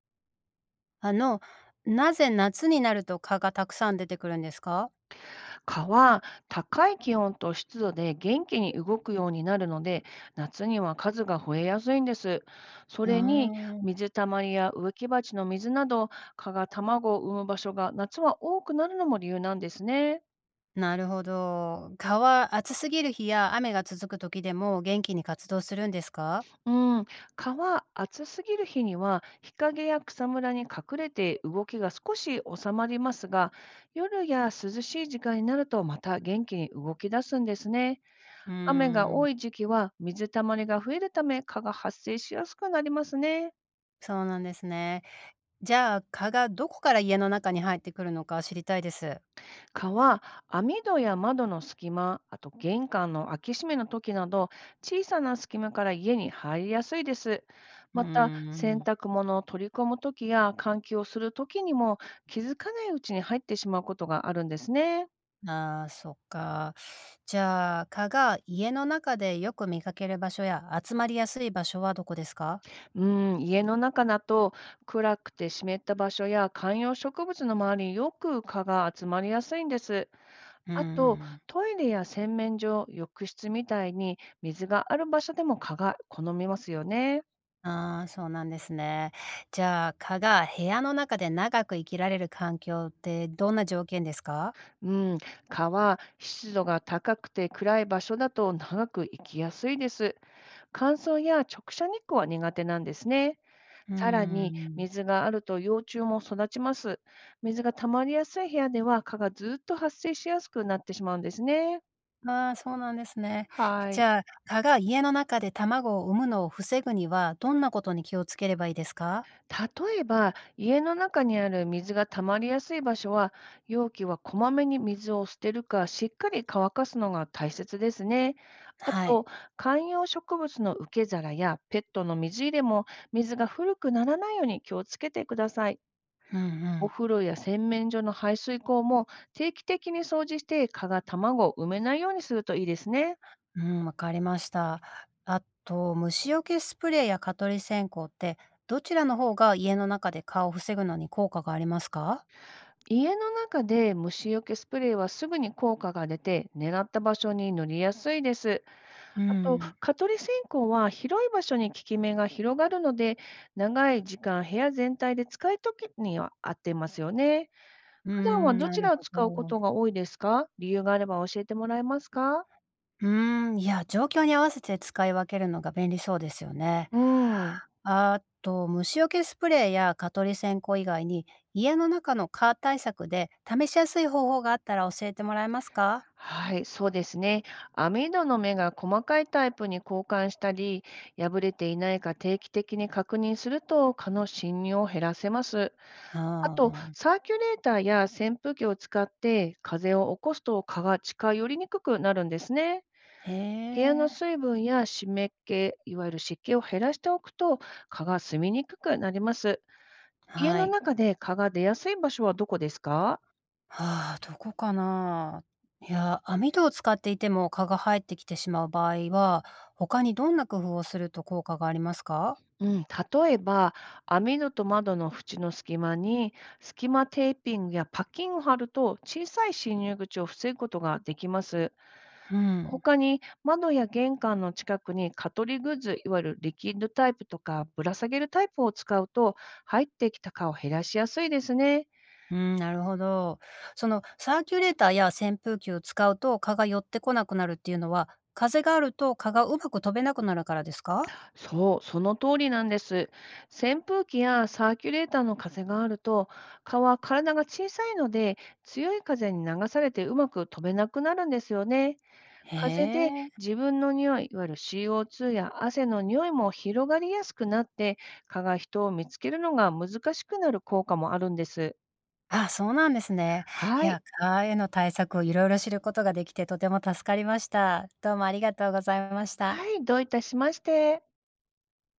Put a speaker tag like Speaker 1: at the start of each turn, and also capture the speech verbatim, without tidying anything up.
Speaker 1: あの、なぜ夏になると蚊がたくさん出てくるんですか？
Speaker 2: 蚊は高い気温と湿度で元気に動くようになるので、夏には数が増えやすいんです。そ
Speaker 1: あ
Speaker 2: れに、
Speaker 1: あ、
Speaker 2: 水たまりや植木鉢の水など、蚊が卵を産む場所が夏は多くなるのも理由なんですね。
Speaker 1: なるほど。蚊は暑すぎる日や雨が続く時でも元気に活動するんですか？
Speaker 2: うん、蚊は暑すぎる日には日陰や草むらに隠れて動きが少し収まりますが、夜や涼しい時間になるとまた元気に動き出すんですね。
Speaker 1: うー
Speaker 2: 雨が
Speaker 1: ん、
Speaker 2: 多い時期は水たまりが増えるため、蚊が発生しやすくなりますね。
Speaker 1: そうなんですね。じゃあ、蚊がどこから家の中に入ってくるのか知りたいです。
Speaker 2: 蚊は網戸や窓の隙間、あと玄関の開け閉めの時など、小さな隙間から家に入りやすいです。
Speaker 1: うー
Speaker 2: また、洗
Speaker 1: ん。
Speaker 2: 濯物を取り込む時や換気をする時にも気づかないうちに入ってしまうことがあるんですね。
Speaker 1: ああ、そっか。じゃあ、蚊が家の中でよく見かける場所や集まりやすい場所はどこですか？
Speaker 2: うん、家の中だと暗くて湿った場所や観葉植物の周りによく蚊が集まりやすいんです。
Speaker 1: うー
Speaker 2: あと、
Speaker 1: ん。
Speaker 2: トイレや洗面所、浴室みたいに水がある場所でも蚊が好みますよね。
Speaker 1: ああ、そうなんですね。じゃあ、蚊が部屋の中で長く生きられる環境ってどんな条件ですか？
Speaker 2: うん、蚊は湿度が高くて暗い場所だと長く生きやすいです。乾燥や直射日光は苦手なんですね。
Speaker 1: うー
Speaker 2: さらに、
Speaker 1: ん。
Speaker 2: 水があると幼虫も育ちます。水が溜まりやすい部屋では蚊がずっと発生しやすくなってしまうんですね。
Speaker 1: ああ、そうなんですね。
Speaker 2: は
Speaker 1: じ
Speaker 2: い。
Speaker 1: ゃあ、蚊が家の中で卵を産むのを防ぐには、どんなことに気をつければいいですか？
Speaker 2: 例えば、家の中にある水が溜まりやすい場所は、容器はこまめに水を捨てるか、しっかり乾かすのが大切ですね。あ
Speaker 1: はい。
Speaker 2: と、観葉植物の受け皿やペットの水入れも、水が古くならないように気をつけてください。
Speaker 1: うんう
Speaker 2: お
Speaker 1: ん。
Speaker 2: 風呂や洗面所の排水口も定期的に掃除して、蚊が卵を埋めないようにするといいですね。
Speaker 1: うん、わかりました。あと、虫除けスプレーや蚊取り線香って、どちらの方が家の中で蚊を防ぐのに効果がありますか？
Speaker 2: 家の中で虫除けスプレーはすぐに効果が出て、狙った場所に塗りやすいです。
Speaker 1: う
Speaker 2: あと、
Speaker 1: ん。
Speaker 2: 蚊取り線香は広い場所に効き目が広がるので、長い時間部屋全体で使いときには合ってますよね。
Speaker 1: うー
Speaker 2: 普段は
Speaker 1: ん、
Speaker 2: ど
Speaker 1: な
Speaker 2: ち
Speaker 1: る
Speaker 2: らを
Speaker 1: ほ
Speaker 2: 使うこと
Speaker 1: ど。
Speaker 2: が多いですか？理由があれば教えてもらえますか？
Speaker 1: うーん、いや、状況に合わせて使い分けるのが便利そうですよね。
Speaker 2: うん。
Speaker 1: あと、虫除けスプレーや蚊取り線香以外に、家の中の蚊対策で試しやすい方法があったら教えてもらえますか？
Speaker 2: はい、そうですね。網戸の目が細かいタイプに交換したり、破れていないか定期的に確認すると蚊の侵入を減らせます。あ
Speaker 1: あ
Speaker 2: と、
Speaker 1: ー、
Speaker 2: サーキュレーターや扇風機を使って風を起こすと蚊が近寄りにくくなるんですね。
Speaker 1: へ
Speaker 2: 部屋の
Speaker 1: え、
Speaker 2: 水分や湿気、いわゆる湿気を減らしておくと蚊が住みにくくなります。家
Speaker 1: は
Speaker 2: の
Speaker 1: い。
Speaker 2: 中で蚊が出やすい場所はどこですか？
Speaker 1: ああ、どこかな。いや、網戸を使っていても蚊が入ってきてしまう場合は、他にどんな工夫をすると効果がありますか？
Speaker 2: うん、例えば、網戸と窓の縁の隙間に、隙間テーピングやパッキンを貼ると、小さい侵入口を防ぐことができます。
Speaker 1: うん。
Speaker 2: 他に、窓や玄関の近くに蚊取りグッズ、いわゆるリキッドタイプとかぶら下げるタイプを使うと、入ってきた蚊を減らしやすいですね。
Speaker 1: うん、なるほど。そのサーキュレーターや扇風機を使うと蚊が寄ってこなくなるっていうのは、風があると蚊がうまく飛べなくなるからですか？
Speaker 2: そう、その通りなんです。扇風機やサーキュレーターの風があると、蚊は体が小さいので強い風に流されてうまく飛べなくなるんですよね。
Speaker 1: へ
Speaker 2: 風で
Speaker 1: え。
Speaker 2: 自分の匂い、いわゆる シーオーツー や汗の匂いも広がりやすくなって、蚊が人を見つけるのが難しくなる効果もあるんです。
Speaker 1: あ、そうなんですね。い
Speaker 2: はい。
Speaker 1: や、蚊への対策をいろいろ知ることができてとても助かりました。どうもありがとうございました。
Speaker 2: はい、どういたしまして。